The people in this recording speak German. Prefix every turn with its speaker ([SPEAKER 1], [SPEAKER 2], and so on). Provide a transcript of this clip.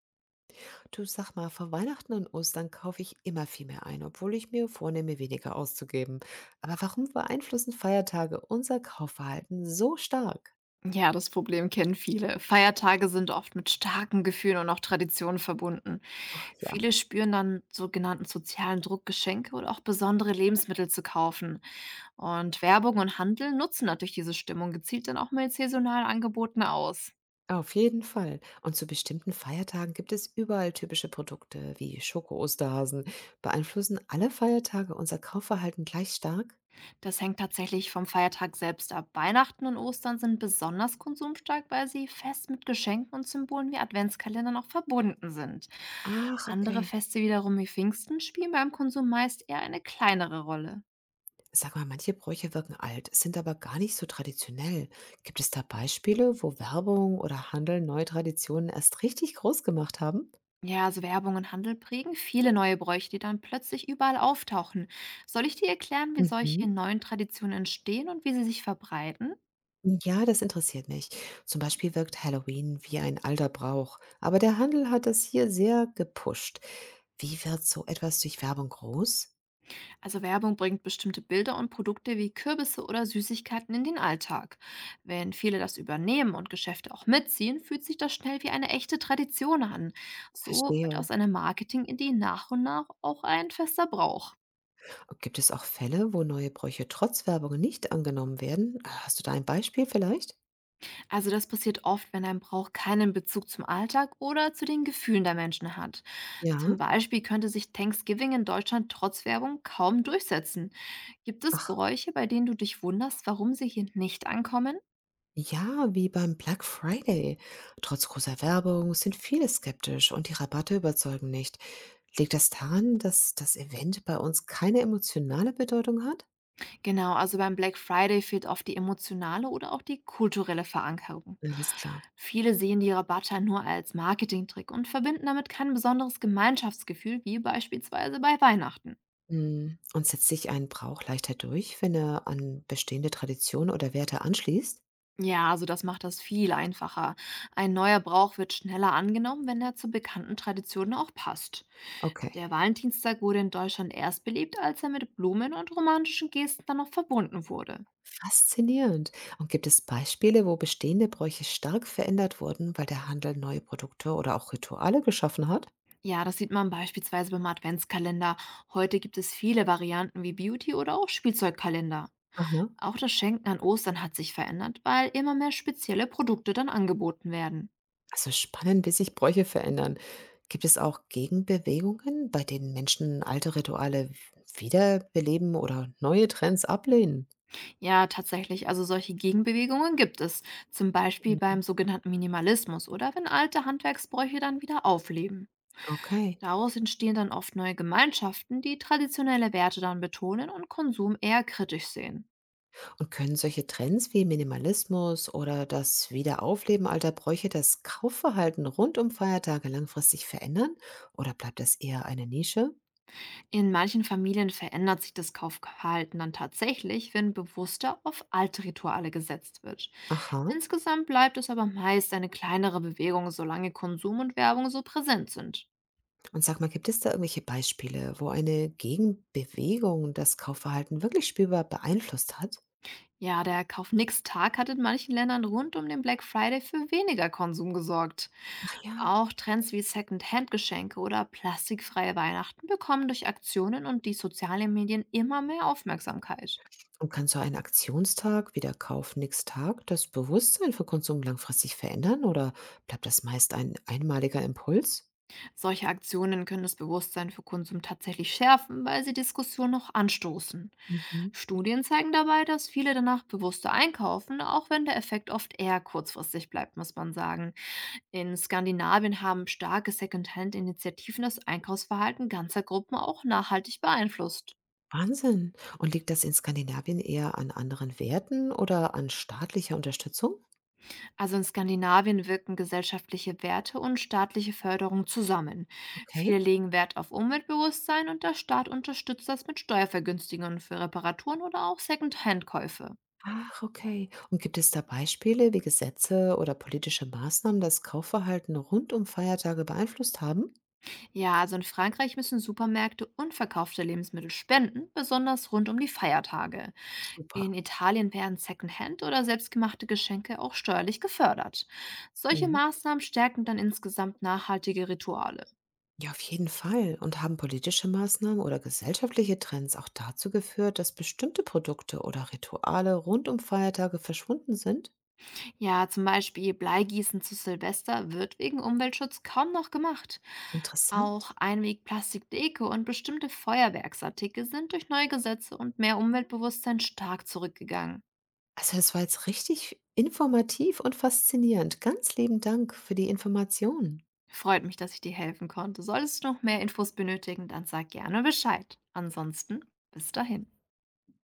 [SPEAKER 1] Du sag mal, vor Weihnachten und Ostern kaufe ich immer viel mehr ein, obwohl ich mir vornehme, weniger auszugeben. Aber warum beeinflussen Feiertage unser Kaufverhalten so stark?
[SPEAKER 2] Ja, das Problem kennen viele. Feiertage sind oft mit starken Gefühlen und auch Traditionen verbunden.
[SPEAKER 1] Ja,
[SPEAKER 2] Viele spüren dann sogenannten sozialen Druck, Geschenke oder auch besondere Lebensmittel zu kaufen. Und Werbung und Handel nutzen natürlich diese Stimmung gezielt dann auch mit saisonalen Angeboten aus.
[SPEAKER 1] auf jeden Fall. Und zu bestimmten Feiertagen gibt es überall typische Produkte wie Schoko-Osterhasen. Beeinflussen alle Feiertage unser Kaufverhalten gleich stark?
[SPEAKER 2] Das hängt tatsächlich vom Feiertag selbst ab. Weihnachten und Ostern sind besonders konsumstark, weil sie fest mit Geschenken und Symbolen wie Adventskalendern auch verbunden sind.
[SPEAKER 1] Ach,
[SPEAKER 2] Andere
[SPEAKER 1] okay.
[SPEAKER 2] Feste wiederum wie Pfingsten spielen beim Konsum meist eher eine kleinere Rolle.
[SPEAKER 1] Sag mal, manche Bräuche wirken alt, sind aber gar nicht so traditionell. Gibt es da Beispiele, wo Werbung oder Handel neue Traditionen erst richtig groß gemacht haben?
[SPEAKER 2] Ja, also Werbung und Handel prägen viele neue Bräuche, die dann plötzlich überall auftauchen. Soll ich dir erklären, wie
[SPEAKER 1] Mhm.
[SPEAKER 2] solche neuen Traditionen entstehen und wie sie sich verbreiten?
[SPEAKER 1] Ja, das interessiert mich. Zum Beispiel wirkt Halloween wie ein alter Brauch, aber der Handel hat das hier sehr gepusht. Wie wird so etwas durch Werbung groß?
[SPEAKER 2] Also Werbung bringt bestimmte Bilder und Produkte wie Kürbisse oder Süßigkeiten in den Alltag. Wenn viele das übernehmen und Geschäfte auch mitziehen, fühlt sich das schnell wie eine echte Tradition an. So wird
[SPEAKER 1] Verstehe.
[SPEAKER 2] aus einer Marketing-Idee nach und nach auch ein fester Brauch.
[SPEAKER 1] Gibt es auch Fälle, wo neue Bräuche trotz Werbung nicht angenommen werden? Hast du da ein Beispiel vielleicht?
[SPEAKER 2] Also das passiert oft, wenn ein Brauch keinen Bezug zum Alltag oder zu den Gefühlen der Menschen hat.
[SPEAKER 1] Ja.
[SPEAKER 2] Zum Beispiel könnte sich Thanksgiving in Deutschland trotz Werbung kaum durchsetzen. Gibt es
[SPEAKER 1] Ach,
[SPEAKER 2] Bräuche, bei denen du dich wunderst, warum sie hier nicht ankommen?
[SPEAKER 1] ja, wie beim Black Friday. Trotz großer Werbung sind viele skeptisch und die Rabatte überzeugen nicht. Liegt das daran, dass das Event bei uns keine emotionale Bedeutung hat?
[SPEAKER 2] Genau, also beim Black Friday fehlt oft die emotionale oder auch die kulturelle Verankerung.
[SPEAKER 1] Alles klar.
[SPEAKER 2] Viele sehen die Rabatte nur als Marketingtrick und verbinden damit kein besonderes Gemeinschaftsgefühl wie beispielsweise bei Weihnachten.
[SPEAKER 1] Mhm. Und setzt sich ein Brauch leichter durch, wenn er an bestehende Traditionen oder Werte anschließt?
[SPEAKER 2] Ja, also das macht das viel einfacher. Ein neuer Brauch wird schneller angenommen, wenn er zu bekannten Traditionen auch passt.
[SPEAKER 1] Okay,
[SPEAKER 2] Der Valentinstag wurde in Deutschland erst belebt, als er mit Blumen und romantischen Gesten dann noch verbunden wurde.
[SPEAKER 1] faszinierend. Und gibt es Beispiele, wo bestehende Bräuche stark verändert wurden, weil der Handel neue Produkte oder auch Rituale geschaffen hat?
[SPEAKER 2] Ja, das sieht man beispielsweise beim Adventskalender. Heute gibt es viele Varianten wie Beauty- oder auch Spielzeugkalender.
[SPEAKER 1] Aha.
[SPEAKER 2] Auch das Schenken an Ostern hat sich verändert, weil immer mehr spezielle Produkte dann angeboten werden.
[SPEAKER 1] Also spannend, wie sich Bräuche verändern. Gibt es auch Gegenbewegungen, bei denen Menschen alte Rituale wiederbeleben oder neue Trends ablehnen?
[SPEAKER 2] Ja, tatsächlich, also solche Gegenbewegungen gibt es. Zum Beispiel beim
[SPEAKER 1] Mhm.
[SPEAKER 2] sogenannten Minimalismus oder wenn alte Handwerksbräuche dann wieder aufleben.
[SPEAKER 1] Okay.
[SPEAKER 2] Daraus entstehen dann oft neue Gemeinschaften, die traditionelle Werte dann betonen und Konsum eher kritisch sehen.
[SPEAKER 1] Und können solche Trends wie Minimalismus oder das Wiederaufleben alter Bräuche das Kaufverhalten rund um Feiertage langfristig verändern? Oder bleibt das eher eine Nische?
[SPEAKER 2] In manchen Familien verändert sich das Kaufverhalten dann tatsächlich, wenn bewusster auf alte Rituale gesetzt wird.
[SPEAKER 1] Aha.
[SPEAKER 2] Insgesamt bleibt es aber meist eine kleinere Bewegung, solange Konsum und Werbung so präsent sind.
[SPEAKER 1] Und sag mal, gibt es da irgendwelche Beispiele, wo eine Gegenbewegung das Kaufverhalten wirklich spürbar beeinflusst hat?
[SPEAKER 2] Ja, der Kauf-Nix-Tag hat in manchen Ländern rund um den Black Friday für weniger Konsum gesorgt.
[SPEAKER 1] Ach ja.
[SPEAKER 2] Auch Trends wie Second-Hand-Geschenke oder plastikfreie Weihnachten bekommen durch Aktionen und die sozialen Medien immer mehr Aufmerksamkeit.
[SPEAKER 1] Und kann so ein Aktionstag wie der Kauf nix Tag das Bewusstsein für Konsum langfristig verändern oder bleibt das meist ein einmaliger Impuls?
[SPEAKER 2] Solche Aktionen können das Bewusstsein für Konsum tatsächlich schärfen, weil sie Diskussionen noch anstoßen.
[SPEAKER 1] Mhm.
[SPEAKER 2] Studien zeigen dabei, dass viele danach bewusster einkaufen, auch wenn der Effekt oft eher kurzfristig bleibt, muss man sagen. In Skandinavien haben starke Secondhand-Initiativen das Einkaufsverhalten ganzer Gruppen auch nachhaltig beeinflusst.
[SPEAKER 1] Wahnsinn. Und liegt das in Skandinavien eher an anderen Werten oder an staatlicher Unterstützung?
[SPEAKER 2] Also in Skandinavien wirken gesellschaftliche Werte und staatliche Förderung zusammen.
[SPEAKER 1] Okay.
[SPEAKER 2] Viele legen Wert auf Umweltbewusstsein und der Staat unterstützt das mit Steuervergünstigungen für Reparaturen oder auch Second-Hand-Käufe.
[SPEAKER 1] Ach, okay. Und gibt es da Beispiele, wie Gesetze oder politische Maßnahmen das Kaufverhalten rund um Feiertage beeinflusst haben?
[SPEAKER 2] Ja, also in Frankreich müssen Supermärkte unverkaufte Lebensmittel spenden, besonders rund um die Feiertage.
[SPEAKER 1] Super.
[SPEAKER 2] In Italien werden Second-Hand oder selbstgemachte Geschenke auch steuerlich gefördert. Solche
[SPEAKER 1] Mhm.
[SPEAKER 2] Maßnahmen stärken dann insgesamt nachhaltige Rituale.
[SPEAKER 1] Ja, auf jeden Fall. Und haben politische Maßnahmen oder gesellschaftliche Trends auch dazu geführt, dass bestimmte Produkte oder Rituale rund um Feiertage verschwunden sind?
[SPEAKER 2] Ja, zum Beispiel Bleigießen zu Silvester wird wegen Umweltschutz kaum noch gemacht.
[SPEAKER 1] Interessant.
[SPEAKER 2] Auch Einwegplastikdeko und bestimmte Feuerwerksartikel sind durch neue Gesetze und mehr Umweltbewusstsein stark zurückgegangen.
[SPEAKER 1] Also, das war jetzt richtig informativ und faszinierend. Ganz lieben Dank für die Informationen.
[SPEAKER 2] Freut mich, dass ich dir helfen konnte. Solltest du noch mehr Infos benötigen, dann sag gerne Bescheid. Ansonsten bis dahin.